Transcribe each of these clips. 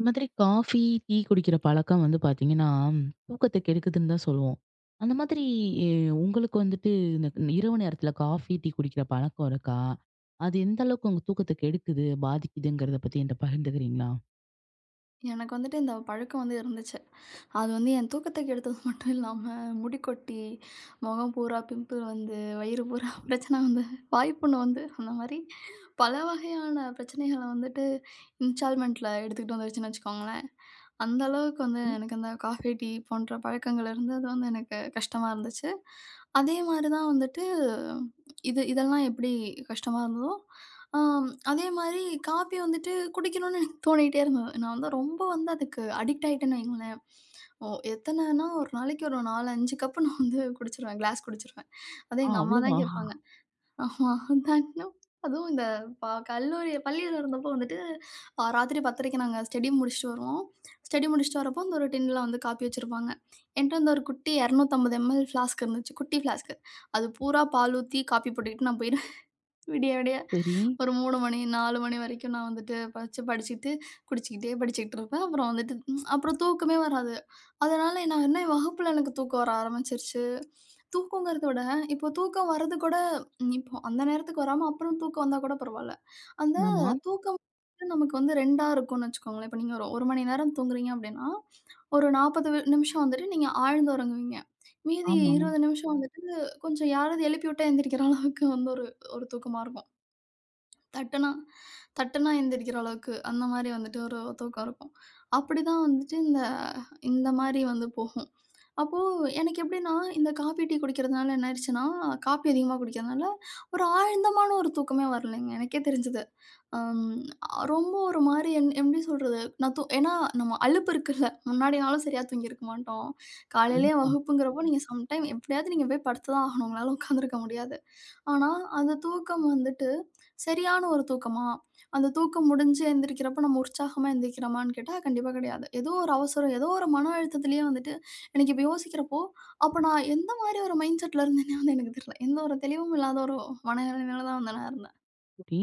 இந்த மாதிரி coffee, tea குடிக்கிற பழக்கம் வந்து பார்த்தீங்கன்னா, தூக்கத்த கெடுக்குதுன்னு தான் சொல்லுவோம். அந்த மாதிரி எ உங்களுக்கு வந்துட்டு இந்த இரவு நேரத்தில காஃபி, டீ குடிக்கிற பழக்கம் இருக்கா? அது எந்த அளவுக்கு உங்க தூக்கத்த கெடுக்குது, பாதிக்குதுங்கிறத பத்தி என்ட்ட பகிர்ந்துக்கிறீங்களா? எனக்கு வந்துட்டு இந்த பழக்கம் வந்து இருந்துச்சு. அது வந்து என் தூக்கத்த கெடுத்தது மட்டும் இல்லாம, முடி கொட்டி, முகம் பூரா பிம்பிள் வந்து, வயிறு பூரா பிரச்சனை வந்து, வாய்ப்புண்ணு வந்து, அந்த மாரி பல வகையான பிரச்சனைகள வந்துட்டு இன்ஸ்டால்மென்ட்ல எடுத்துக்கிட்டு வந்துருச்சுன்னு வச்சுக்கோங்களேன். அந்த அளவுக்கு வந்து ம். எனக்கு அந்த காஃபி, டீ போன்ற பழக்கங்கள் இருந்தது வந்து எனக்கு கஷ்டமா இருந்துச்சு. அதே மாரி தான் வந்துட்டு இது இதெல்லாம் எப்படி கஷ்டமா இருந்ததோ, ஆ அதே மாரி காஃபி வந்துட்டு குடிக்கணும்னு தோணிக்கிட்டே இருந்தது. நான் வந்து ரொம்ப வந்து அதுக்கு அடிக்ட் ஆயிட்டேன்னு வைங்களேன். ஓ எத்தனைன்னா ஒரு நாளைக்கு ஒரு 4, 5 கப்பு நான் வந்து குடிச்சுருவேன். கிளாஸ் குடிச்சுருவேன். அதுவும் ஆ எங்க அம்மா தான் அவ்வளவா? கேட்பாங்க. ஆமா. தண்ணும் அதுவும் இந்த கல்லூரி பள்ளியில இருந்தப்போ வந்துட்டு ராத்திரி 10:30க்கு நாங்க ஸ்டடி முடிச்சுட்டு வருவோம். ஸ்டடி முடிச்சுட்டு வரப்போ அந்த ஒரு டின்ல வந்து காப்பி வச்சிருப்பாங்க. என்ட்ட வந்து ஒரு குட்டி 250 எம்எல் ஃப்ளாஸ்க் இருந்துச்சு. குட்டி ஃப்ளாஸ்க். அது பூரா பால் ஊத்தி காப்பி போட்டுக்கிட்டு நான் போய் விடிய, விடிய சரி. ஒரு 3 மணி, 4 மணி வரைக்கும் நான் வந்துட்டு பச்சு படிச்சுட்டு, குடிச்சுக்கிட்டே படிச்சுக்கிட்டு இருப்பேன். அப்புறம் வந்துட்டு அப்புறம் தூக்கமே வராது. அதனால நான் என்ன வகுப்புல எனக்கு தூக்கம் வர ஆரம்பிச்சுருச்சு. தூக்கங்கிறத விட, இப்போ தூக்கம் வர்றது கூட இப்போ அந்த நேரத்துக்கு வராம அப்புறம் தூக்கம் வந்தா கூட பரவால்ல. அந்த ஆமா. தூக்கம் வந்து நமக்கு வந்து 2ஆ இருக்கும்னு வச்சுக்கோங்களேன். இப்போ நீங்க ஒரு 1 மணி நேரம் தூங்குறீங்க அப்படின்னா, ஒரு 40 வி நிமிஷம் வந்துட்டு நீங்க ஆழ்ந்து உறங்குவீங்க. மீதி ஆமா. 20 நிமிஷம் வந்துட்டு கொஞ்சம் யாராவது எழுப்பி விட்டா எந்திரிக்கிற அளவுக்கு வந்து ஒரு ஒரு தூக்கமா இருக்கும். தட்டுனா, தட்டுனா எந்திரிக்கிற அளவுக்கு, அந்த மாரி வந்துட்டு ஒரு தூக்கம் இருக்கும். அப்படிதான் வந்துட்டு இந்த இந்த மாரி வந்து போகும். அப்போ எனக்கு எப்படின்னா, இந்த காஃபி, டீ குடிக்கிறதுனால என்ன ஆயிருச்சுன்னா, காப்பி அதிகமா குடிக்கிறதுனால, ஒரு ஆழ்ந்தமான ஒரு தூக்கமே வரலைங்க. எனக்கே தெரிஞ்சது. அம் ரொம்ப ஒரு மாரி என் எப்படி சொல்றது? நான் ஏன்னா நம்ம அலுப்பு இருக்குல்ல, முன்னாடி நாளும் சரியா தூங்கியிருக்க மாட்டோம். காலையிலயே கண்டிப்பா. வகுப்புங்கிறப்போ, நீங்க சம்டைம் எப்படியாவது நீங்க போய் படுத்து தான் ஆகணும். உங்களால உட்காந்துருக்க முடியாது. ஆனா, அந்த தூக்கம் வந்துட்டு சரியான ஒரு தூக்கமா? அந்த தூக்கம் முடிஞ்சு எந்திரிக்கிறப்ப நம்ம உற்சாகமா எந்திரிக்கிறோமான்னு கேட்டா, கண்டிப்பா கிடையாது. ஏதோ ஒரு அவசரம், ஏதோ ஒரு மன அழுத்தத்திலேயே வந்துட்டு எனக்கு இப்ப யோசிக்கிறப்போ, அப்ப நான் எந்த மாரி ஒரு மைண்ட் செட்ல இருந்தேன்னே வந்து எனக்கு தெரியல. எந்த ஒரு தெளிவும் இல்லாத ஒரு மனநிலையில தான் வந்து நான் இருந்தேன். சரி.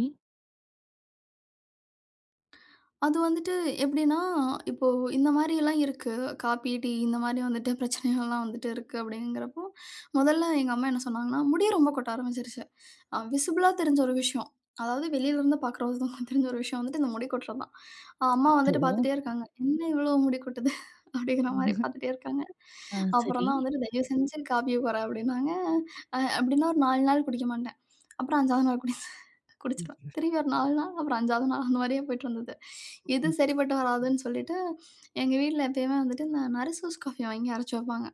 அது வந்துட்டு எப்படின்னா, இப்போ இந்த மாரியெல்லாம் இருக்கு. காப்பி, டீ இந்த மாரி வந்துட்டு பிரச்சனைகள்லாம் வந்துட்டு இருக்கு அப்படிங்கிறப்போ, முதல்ல எங்க அம்மா என்ன சொன்னாங்கன்னா, முடி ரொம்ப கொட்ட ஆரம்பிச்சுருச்சு. விசிபிளா தெரிஞ்ச ஒரு விஷயம். அதாவது வெளியிலருந்து பார்க்குற ஒருத்தவங்களுக்கு தெரிஞ்ச ஒரு விஷயம் வந்துட்டு இந்த முடி கொட்டுறது தான். அம்மா அச்சோ! வந்துட்டு பார்த்துட்டே இருக்காங்க. "என்ன இவ்வளோ முடி கொட்டுது?" அப்படிங்கிற மாரி பார்த்துட்டே இருக்காங்க. ஆ அப்புறம் சரி. தான் வந்துட்டு "தயவு செஞ்சு காப்பிய குறை" அப்படின்னாங்க. அப்படின்னா ஒரு 4 நாள் குடிக்க மாட்டேன். அப்புறம் 5வது நாள் குடிச்சிருவேன். திரும்பி ஒரு 4 நாள், அப்புறம் 5வது நாள் அந்த மாரியே போயிட்டு இருந்தது. இது ம். சரிப்பட்டு வராதுன்னு சொல்லிட்டு, எங்க வீட்ல எப்பயுமே வந்துட்டு இந்த நரிசூஸ் காஃபி வாங்கி அரைச்சு வைப்பாங்க.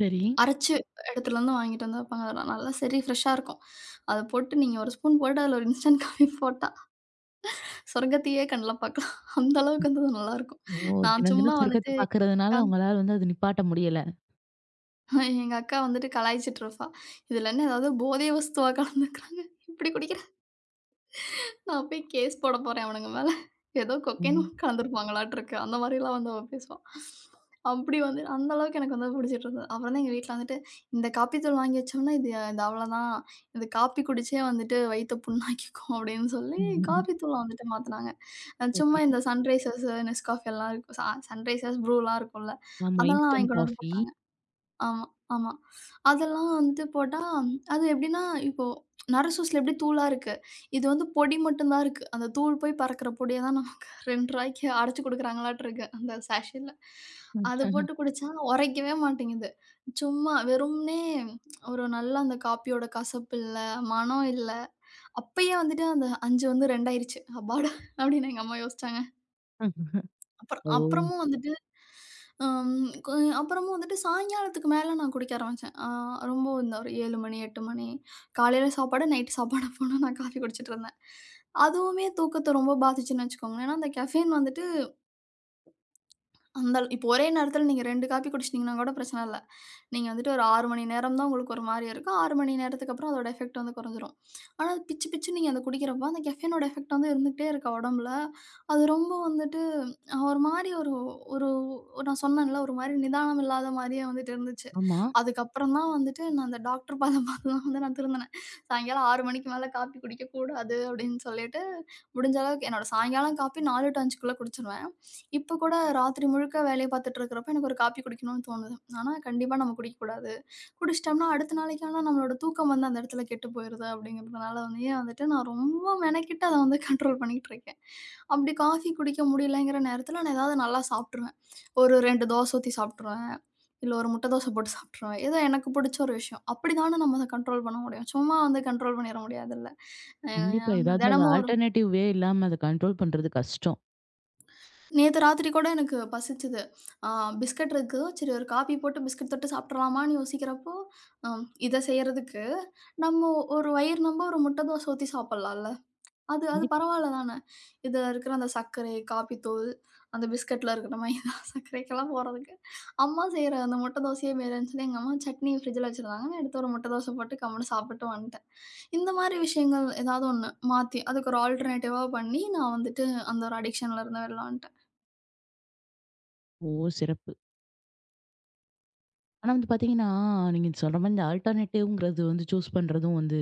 சரி. அரைச்சு இடத்துலருந்து வாங்கிட்டு வந்து வைப்பாங்க. அதெல்லாம் நல்லா சரி ஃப்ரெஷ்ஷா இருக்கும். அத போட்டு நீங்க ஒரு ஸ்பூன் போட்டு அதில ஒரு இன்ஸ்டன்ட் காஃபி போட்டா, சொர்க்கத்தையே கண்ல பார்க்கலாம். அந்த அளவுக்கு வந்து அது நல்லாயிருக்கும். ஓ! நான் தினம் சும்மா தினம் சொர்க்கத்த வந்துட்டு பார்க்கறதுனால உங்களால வந்து அது நிப்பாட்ட முடியல. எங்க அக்கா வந்துட்டு கலாய்ச்சிட்டு இருப்பா. இதில என்ன ஏதாவது போதை வஸ்துவா கலந்துருக்காங்க? இப்படி குடிக்கிறாங்க. நான் போய் கேஸ் போட போறேன் அவனுங்க மேல. ஏதோ கொக்கைன் ம். கலந்திருப்பாங்களாட்ருக்கு. அந்த மாரிலாம் வந்து அவ பேசுவா. அப்படி வந்து அந்த அளவுக்கு எனக்கு வந்து பிடிச்சிட்டு இருந்தது. அப்புறம் தான் எங்க வீட்ல வந்துட்டு, "இந்த காப்பி தூள் வாங்கி வச்சோம்னா, இது இது அவ்வளோதான். இது காப்பி குடிச்சே வந்துட்டு வயித்த புண்ணாக்கிக்கும்" அப்படின்னு சொல்லி காப்பி தூள வந்துட்டு மாத்துனாங்க. சும்மா சரி. இந்த சன்ரைசர்ஸு, நெஸ்காஃபி எல்லாம் இருக்கும். சன்ரைசர்ஸ், ப்ரூலாம் இருக்கும்ல. ஆமா. அதெல்லாம் வாங்கி இன்ஸ்டன்ட் கொண்டு வந்து காஃபி. போட்டாங்க. ஆமா, ஆமா. அதெல்லாம் வந்துட்டு போட்டா, அது எப்படின்னா, இப்போ நரை சோஸ்ல எப்படி தூளா இருக்கு. இது வந்து பொடி மட்டும் தான் இருக்கு. அந்த தூள் போய் பறக்கிற பொடிய தான் நமக்கு ரூ. 2க்கு அடைச்சு குடுக்குறாங்களாட்டுருக்கு அந்த சாஷேல. அத போட்டு குடிச்சா உரைக்கவே மாட்டேங்குது. சும்மா வெறுமனே ஒரு நல்ல அந்த காப்பியோட கசப்பு இல்ல, மணம் இல்ல. அப்பயே வந்துட்டு அந்த 5 வந்து 2 ஆயிருச்சு. அப்பாடா! அப்படின்னு எங்க அம்மா யோசிச்சாங்க. அப்புறம் ஓ! அப்புறமும் வந்துட்டு அம் கொ அப்புறமும் வந்துட்டு சாயங்காலத்துக்கு மேல நான் குடிக்க ஆரம்பிச்சேன். ரொம்ப இந்த ஒரு 7 மணி, 8 மணி. காலையில சாப்பாடு, நைட் சாப்பாடு அப்பலாம் நான் காஃபி குடிச்சிட்டு இருந்தேன். அதுவுமே தூக்கத்த ரொம்ப பாதிச்சுன்னு வச்சுக்கோங்களேன். ஏன்னா அந்த கெஃபைன் வந்துட்டு அந்த அள இப்போ ஒரே நேரத்தில நீங்க 2 காப்பி குடிச்சிட்டீங்கன்னா கூட பிரச்சன இல்ல. நீங்க வந்துட்டு ஒரு 6 மணி நேரம் தான் உங்களுக்கு ஒரு மாரியா இருக்கும். 6 மணி நேரத்துக்கு அப்புறம் அதோட எஃபெக்ட் வந்து குறைஞ்சிரும். ஆனா அது பிச்சு பிச்சுன்னு நீங்க அத குடிக்கிறப்போ, அந்த கெஃபைனோட எஃபெக்ட் வந்து இருந்துகிட்டே இருக்க உடம்புல. அது ரொம்ப வந்துட்டு ஒரு மாரி ஒரு ஒரு ஒரு- நான் சொன்னேன்ல, ஒரு மாரி நிதானம் இல்லாத மாரியே வந்துட்டு இருந்துச்சு. ஆமா. அதுக்கப்புறம் தான் வந்துட்டு நான் அந்த டாக்டர் பாதம் பார்த்து தான் வந்து நான் திருந்துனேன். சாயங்காலம் 6 மணிக்கு மேல காப்பி குடிக்கக்கூடாது அப்படின்னு சொல்லிட்டு, முடிஞ்ச அளவுக்கு என்னோட சாயங்காலம் காப்பி 4 டூ 5க்குள்ள குடிச்சுருவேன். இப்ப கூட ராத்திரி முழுக்க வேலைய பார்த்துட்டு இருக்கிறப்ப, எனக்கு ஒரு காப்பி குடிக்கணும்னு தோணுது. ஆனா, கண்டிப்பா நம்ம குடிக்கக்கூடாது. குடிச்சிட்டோம்னா, அடுத்த நாளைக்கு ஆனா நம்மளோட தூக்கம் வந்து அந்த இடத்துல கெட்டு போயிருது அப்படிங்கிறதுனால வந்துயே வந்துட்டு நான் ரொம்ப மெனக்கிட்டு அத வந்து கண்ட்ரோல் பண்ணிக்கிட்டு இருக்கேன். அப்படி காஃபி குடிக்க முடியலங்கிற நேரத்துல நான் ஏதாவது நல்லா சாப்பிட்டுருவேன். ஒரு 2 தோசை ஊத்தி சாப்பிட்டுருவேன். இல்ல ஒரு முட்டை தோசை போட்டு சாப்பிட்டுருவேன். ஏதோ எனக்கு பிடிச்ச ஒரு விஷயம். அப்படி தானே நம்ம அத கண்ட்ரோல் பண்ண முடியும். சும்மா வந்து கண்ட்ரோல் பண்ணிற முடியாதுல்ல. அ கண்டிப்பா. ஏதாவது ஒரு தினமும் ஆல்டர்னேட்டிவ் வே இல்லாம அத கண்ட்ரோல் பண்றது கஷ்டம். நேத்து ராத்திரி கூட எனக்கு பசிச்சது. ஆ பிஸ்கட் இருக்கு. சரி ஒரு காஃபி போட்டு பிஸ்கட் தொட்டு சாப்பிட்றலாமான்னு யோசிக்கிறப்போ, இத செய்றதுக்கு நம்ம ஒரு வயிறு நம்ப ஒரு முட்டை தோசை ஊத்தி சாப்பிடலாம்ல. அது அது கண்டிப்பா. பரவால்ல தானே. இதுல இருக்கிற அந்த சர்க்கரை, காப்பி தூள், அந்த பிஸ்கட்ல இருக்கிற மைதா, சர்க்கரைக்கெல்லாம் போறதுக்கு, அம்மா செய்ற அந்த முட்டை தோசையே மேலேன்னு சொல்லி எங்க அம்மா சட்னி ஃப்ரிட்ஜ்ல வச்சிருந்தாங்க. நான் எடுத்து ஒரு முட்டை தோசை போட்டு கம்முனு சாப்பிட்டு வந்துட்டேன். இந்த மாரி விஷயங்கள் ஏதாவது ஒண்ணு மாத்தி, அதுக்கு ஒரு ஆல்டர்னேட்டிவா பண்ணி நான் வந்துட்டு அந்த ஒரு அடிக்ஷன்ல இருந்து வெளில ஓ! சிறப்பு. ஆனா வந்து பார்த்தீங்கன்னா, நீங்க சொல்ற மாரி இந்த ஆல்டர்னேட்டிவ்ங்கிறது வந்து சூஸ் பண்றதும் வந்து,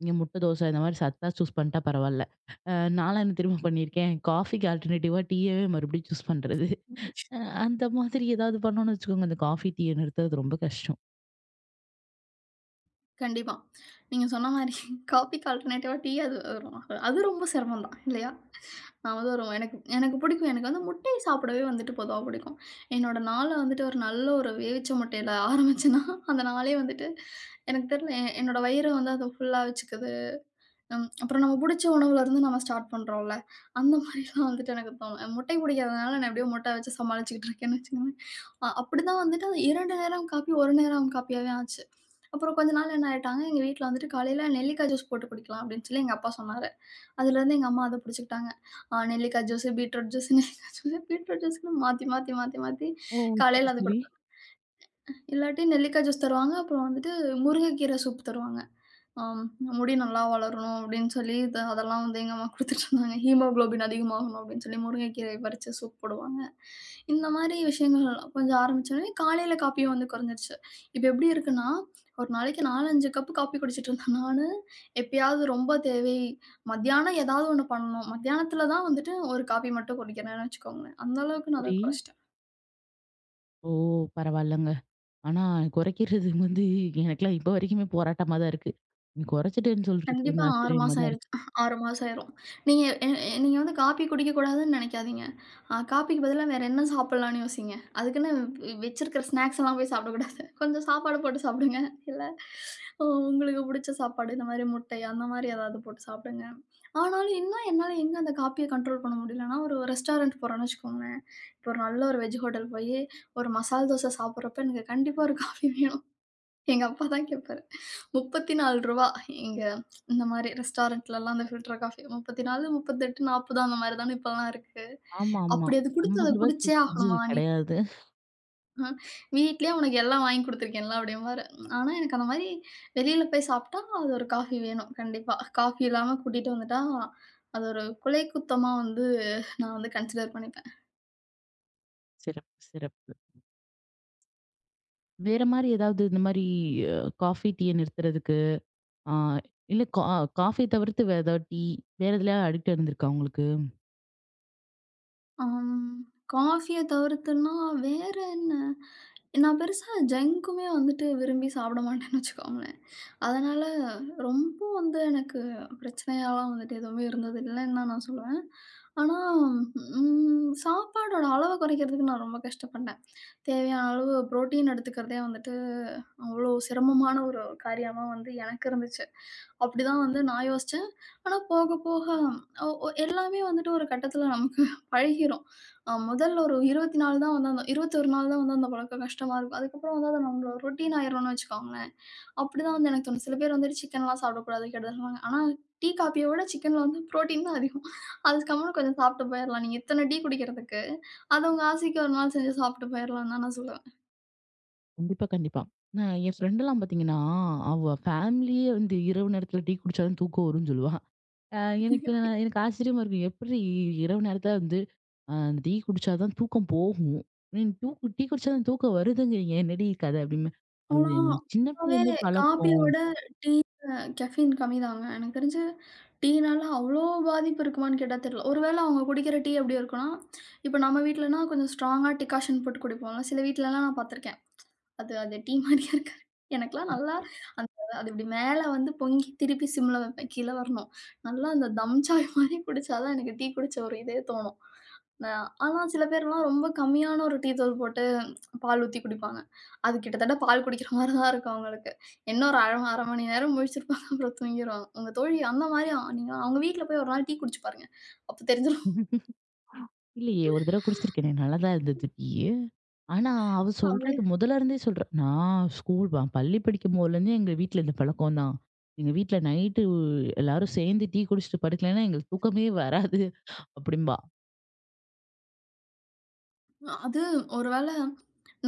நீங்க முட்டை தோசை இந்த மாரி சத்தா சூஸ் பண்ணிட்டா பரவால்ல. அ நான்லாம் என்ன தெரியுமா பண்ணியிருக்கேன்? காஃபிக்கு ஆல்டர்னேட்டிவா டீயவே மறுபடியும் சூஸ் பண்றது. வந்துட்டேன். அ அந்த மாதிரி ஏதாவது பண்ணோம்னு வச்சுக்கோங்க, அந்த காஃபி, டீய நிறுத்துறது ரொம்ப கஷ்டம். கண்டிப்பா. நீங்க சொன்ன மாரி காஃபிக்கு ஆல்டர்னேட்டிவா டீ அது வரும். அது ரொம்ப சிரமம் தான் இல்லையா? நான் வந்து ஒரு எனக்கு எனக்கு பிடிக்கும். எனக்கு வந்து முட்டை சாப்பிடவே வந்துட்டு பொதுவா பிடிக்கும். என்னோட நாள வந்துட்டு ஒரு நல்ல ஒரு வேவிச்ச முட்டையில ஆரம்பிச்சேன்னா, அந்த நாளே வந்துட்டு எனக்கு தெரியல என்னோட வயிறு வந்து அத ஃபுல்லா வச்சுக்குது. ம். அப்புறம் நம்ம புடிச்ச உணவுலருந்து நம்ம ஸ்டார்ட் பண்றோம்ல. அந்த மாரிலாம் வந்துட்டு எனக்கு தோணும். முட்டை பிடிக்காதனால நான் எப்படியோ முட்டை வச்சு சமாளிச்சுக்கிட்டு இருக்கேன்னு வச்சுக்கோங்களேன். அப்படிதான் வந்துட்டு அது 2 நேரம் காப்பி, 1 நேரம் காப்பியாவே ஆச்சு. அப்புறம் கொஞ்ச நாள் என்ன ஆயிட்டாங்க, எங்க வீட்ல வந்துட்டு காலையில நெல்லிக்காய் ஜூஸ் போட்டு குடிக்கலாம் அப்படின்னு சொல்லி எங்க அப்பா சொன்னாரு. அதுலருந்து எங்க அம்மா அத புடிச்சுக்கிட்டாங்க. நெல்லிக்காய் ஜூஸு, பீட்ரூட் ஜூஸு, நெல்லிக்காய் ஜூஸு, பீட்ரூட் ஜூஸ்ன்னு மாத்தி, மாத்தி, மாத்தி, மாத்தி ஓ! சரி, காலையில அது சரி. குடுப்பாங்க. இல்லாட்டி நெல்லிக்காய் ஜூஸ் தருவாங்க. அப்புறம் வந்துட்டு முருங்கைக்கீரை சூப் தருவாங்க. ஆம் முடி நல்லா வளரணும் அப்படின்னு சொல்லி இத அதெல்லாம் வந்து எங்க அம்மா குடுத்துட்டுருந்தாங்க. ஹீமோகுளோபின் அதிகமாகணும் அப்படின்னு சொல்லி முருங்கைக்கீரை பறிச்சு சூப் போடுவாங்க. இந்த மாரி விஷயங்கள் கொஞ்சம் ஆரம்பிச்சோனே, காலையில காப்பியும் வந்து குறைஞ்சிருச்சு. இப்ப எப்படி இருக்குன்னா, ஒரு நாளைக்கு 4, 5 கப்பு காப்பி குடிச்சிட்டு இருந்தேன் நானு. எப்பயாவது ரொம்ப தேவை மத்தியானம் ஏதாவது ஒண்ணு பண்ணணும். மத்தியானத்தில தான் வந்துட்டு ஒரு காப்பி மட்டும் குடிக்கிறேன்னு வச்சுக்கோங்களேன். அந்த அளவுக்கு நான் அத சரி. குறைச்சுட்டேன். ஓ! பரவால்லங்க. ஆனா, குறைக்கிறது வந்து எனக்கெல்லாம் இப்போ வரைக்குமே போராட்டமா தான் இருக்கு. நீ குறைச்சிட்டேன்னு சொல்றது கண்டிப்பா வந்து 6 ஆச்சரியமா மாசம் தான் இருக்கு. ஆயிருச்சு. 6 மாசம் ஆயிரும். நீங்க எ எ நீங்க வந்து காப்பி குடிக்கக்கூடாதுன்னு நெனைக்காதீங்க. காப்பிக்கு பதிலா வேற என்ன சாப்பிடலாம்ன்னு யோசிங்க. அதுக்குன்னு வச்சிருக்கிற ஸ்நாக்ஸ் எல்லாம் போய் சாப்பிடக்கூடாது. கொஞ்சம் சாப்பாடு போட்டு சாப்பிடுங்க. இல்ல உ உங்களுக்கு புடிச்ச சாப்பாடு, இந்த மாரி முட்டை அந்த மாரி ஏதாவது போட்டு சாப்பிடுங்க. ஆனாலும் இன்னும் என்னால எங்க அந்த காப்பிய கண்ட்ரோல் பண்ண முடியலன்னா, ஒரு ரெஸ்டாரண்ட் போறோம்ன்னு வச்சுக்கோங்களேன். இப்போ ஒரு நல்ல ஒரு வெஜ் ஹோட்டல் போயி, ஒரு மசால் தோசை சாப்பிடுறப்ப எனக்கு கண்டிப்பா ஒரு காஃபி வேணும். எங்க அப்பா தான் கேட்பாரு. ரூ. 34 எங்க இந்த மாரி ரெஸ்டாரண்ட்லலாம் அந்த ஃபில்டர் காஃபி 34, 38, 40 அந்த மாரி தானே இப்பலாம் இருக்கு. ஆமா, ஆமா. அப்படி அது குடுத்து அத ரூ. 50க்கு குடிச்சே குறைஞ்சு ஆகணுமா நீ? கிடையாது. அ வீட்லயே உனக்கு எல்லாம் வாங்கி குடுத்துருக்கேன்ல அப்படிம்பாரு. ஆனா எனக்கு அந்த மாரி வெளியில போய் சாப்ட்டா அது ஒரு காஃபி வேணும் கண்டிப்பா. காஃபி இல்லாம கூட்டிட்டு வந்துட்டா, அது ஒரு கொலை குத்தமா வந்து நான் வந்து கன்சிடர் பண்ணிப்பேன். சிறப்பு, சிறப்பு. வேற மாரி ஏதாவது இந்த மாரி அ காஃபி, டீய நிறுத்துறதுக்கு, ஆ இல்ல காஃபி தவிர்த்து வேற ஏதாவது டீ, வேற எதுலயா அடிக்ட் இருந்திருக்கா உங்களுக்கு? ஆம். காஃபிய தவிர்த்துன்னா வேற என்ன? நான் பெருசா ஜங்குமே வந்துட்டு விரும்பி சாப்பிட மாட்டேன்னு வச்சுக்கோங்களேன். அதனால ரொம்ப வந்து எனக்கு பிரச்சனையாலாம் வந்துட்டு எதுவுமே இருந்தது இல்லைன்னு தான் நான் சொல்லுவேன். ஆனா, சாப்பாடோட அளவ குறைக்கிறதுக்கு நான் ரொம்ப கஷ்டப்பட்டேன். தேவையான அளவு புரோட்டீன் எடுத்துக்கிறதே வந்துட்டு அவ்வளோ சிரமமான ஒரு காரியமா வந்து எனக்கு இருந்துச்சு. அப்படிதான் வந்து நான் யோசிச்சேன். ஆனா போக போக ஒ ஒ எல்லாமே வந்துட்டு ஒரு கட்டத்தில நமக்கு பழகிரும். அ முதல் ஒரு 24 தான் வந்து அந்த 21 நாள் தான் வந்து அந்த பழக்கம் கஷ்டமா இருக்கும். அதுக்கப்புறம் வந்து அது நம்மளோட ரொட்டீன் ஆயிரும்னு வச்சுக்கோங்களேன். அப்படிதான் வந்து எனக்கு தோணும். சில பேர் வந்துட்டு சிக்கன்லாம் சாப்பிடக்கூடாது, கெடுதல்ன்னு சொல்லுவாங்க. ஆனா டீ, காப்பிய விட சிக்கன்ல வந்து புரோட்டீன் தான் அதிகம். அது கம்முனு கொஞ்சம் சாப்பிட்டு போயிரலாம். நீங்க இத்தன டீ குடிக்கிறதுக்கு, அது உங்க ஆசைக்கு ஒரு நாள் செஞ்சு சாப்பிட்டு போயிரலாம்னு தான் நான் சொல்லுவேன். கண்டிப்பா, கண்டிப்பா. நான் என் ஃப்ரெண்டெல்லாம் பார்த்தீங்கன்னா, அவ ஃபேமிலியே வந்து இரவு நேரத்தில டீ குடிச்சா தான் தூக்கம் வரும்னு சொல்லுவா. அ எனக்கு ஆச்சரியமா இருக்கும். எப்பிட்ரி இரவு நேரத்தில வந்து அந்த டீ குடிச்சா தான் தூக்கம் போகும். நீங்க தூக்கு டீ குடிச்சா தான் தூக்கம் வருதுங்கிறீங்க. என்னடி கத? அப்பிடிம்பேன். அது ஆனா எனக்கு சின்ன இப்பவே பிள்ளைலருந்தே காப்பிய பழக்கம். விட டீ கெஃபீன் கம்மிதாங்க. எனக்கு தெரிஞ்சு டீனால அவ்ளோ பாதிப்பு இருக்குமான்னு கேட்டா தெரியல. ஒருவேள அவங்க குடிக்கிற டீ எப்படி இருக்கும்னா, இப்ப நம்ம வீட்லனா கொஞ்சம் ஸ்ட்ராங்கா டிகாஷன் போட்டு குடிப்போம்ல. சில வீட்லலாம் நான் பார்த்துருக்கேன். அது அது டீ மாரியா இருக்காது. எனக்கெல்லாம் நல்லா அந்த அது இப்டி மேல வந்து பொங்கி திருப்பி சிம்ல வைப்பேன். கீழ வரணும். நல்லா அந்த தம் சாய் மாரி குடிச்சா தான் எனக்கு டீ குடிச்ச ஒரு இதே தோணும். அ ஆனா சில பேர்லாம் ரொம்ப கம்மியான ஒரு டீ தூள் போட்டு பால் ஊத்தி குடிப்பாங்க. அது கிட்டத்தட்ட பால் குடிக்கிற மாரி தான் இருக்கும் அவங்களுக்கு. என்ன ஒரு அரை மணி நேரம் முழிச்சிருப்பாங்க. அப்புறம் தூங்கிருவாங்க. உங்க தோழி அந்த மாரி நீங்க அவங்க வீட்ல போய் ஒரு நாள் டீ குடிச்சு பாருங்க. அப்ப தெரிஞ்சிரும். இல்லயே! ஒரு தடவ குடிச்சிருக்கேனே! நல்லா தான் இருந்தது டீயி. ஆனா, அவ அப்டியே சொல்றது முதல்ல இருந்தே சொல்றா! நான் ஸ்கூல் பள்ளி படிக்கும் போதுலேருந்தே எங்க வீட்ல இந்த பழக்கம் தான். எங்க வீட்ல நைட்டு எல்லாரும் சேர்ந்து டீ குடிச்சிட்டு படுக்கலன்னா, எங்களுக்கு தூக்கமே வராது அப்பிடிம்பா! அது ஒரு வேள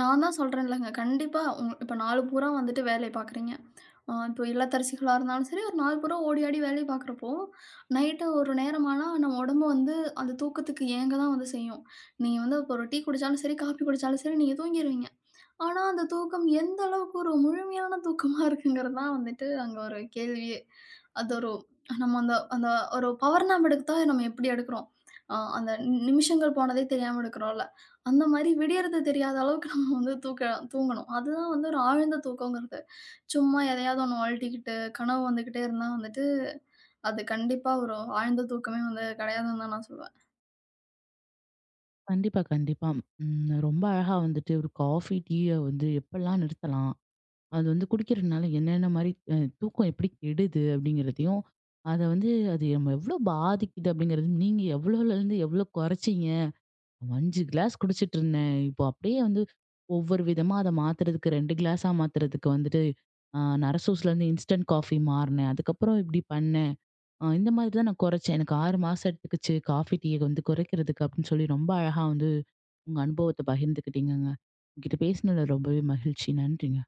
நான் தான் சொல்றேன்லங்க. கண்டிப்பா இப்ப நாள் பூரா வந்துட்டு வேலை பார்க்குறீங்க. இப்போ இல்லத்தரசிகளா இருந்தாலும் சரி, ஒரு நாள் பூரா ஓடி ஆடி வேலை பார்க்குறப்போ, நைட்டு ஒரு நேரம் ஆனா நம்ம உடம்பு வந்து அந்த தூக்கத்துக்கு ஏங்க தான் வந்து செய்யும். நீங்க வந்து இப்போ ஒரு டீ குடிச்சாலும் சரி, காஃபி குடிச்சாலும் சரி, நீங்க தூங்கிருவீங்க. ஆனா, அந்த தூக்கம் எந்த அளவுக்கு ஒரு முழுமையான தூக்கமா இருக்குங்கிறது தான் வந்துட்டு அங்க ஒரு கேள்வியே. அது ஒரு நம்ம அந்த அந்த ஒரு பவர் நாப் எடுத்தா நம்ம எப்படி எடுக்கிறோம்? அந்த நிமிஷங்கள் போனதே தெரியாம எடுக்கிறோம்ல. அந்த மாரி விடியறது தெரியாத அளவுக்கு நம்ம வந்து தூங்கணும். அதுதான் வந்து ஒரு ஆழ்ந்த தூக்கங்கிறது. சும்மா எதையாவது ஒண்ணு அழட்டிக்கிட்டு, கனவு வந்துகிட்டே இருந்தா வந்துட்டு, அது கண்டிப்பா ஒரு ஆழ்ந்த தூக்கமே வந்து கிடையாதுன்னு தான் நான் சொல்லுவேன். கண்டிப்பா, கண்டிப்பா. ம். ரொம்ப அழகா வந்துட்டு ஒரு காஃபி, டீய வந்து எப்படிலாம் நிறுத்தலாம்? அது வந்து குடிக்கிறதுனால என்னென்ன மாரி தூக்கம் எப்படி கெடுது? அப்படிங்கிறதையும், அத வந்து அது நம்ம எவ்வளோ பாதிக்குது? அப்படிங்கிறது நீங்க எவ்வளோலருந்து எவ்வளோ குறைச்சீங்க? 5 கிளாஸ் குடிச்சிட்டு இருந்தேன். இப்போ அப்படியே வந்து ஒவ்வொரு விதமா அத மாத்துறதுக்கு 2 கிளாஸா மாத்துறதுக்கு வந்துட்டு, அ நரசூஸ்லேருந்து இன்ஸ்டன்ட் காஃபி மாறினேன். அதுக்கப்புறம் இப்படி பண்ணேன். இந்த மாதிரி தான் நான் குறைச்சேன். எனக்கு 6 மாசம் எடுத்துக்கிச்சு காஃபி, டீய வந்து குறைக்கிறதுக்கு அப்படின்னு சொல்லி ரொம்ப அழகா வந்து உங்க அனுபவத்த பகிர்ந்துக்கிட்டீங்கங்க. உங்ககிட்ட பேசினதுல ரொம்பவே மகிழ்ச்சி. நன்றிங்க.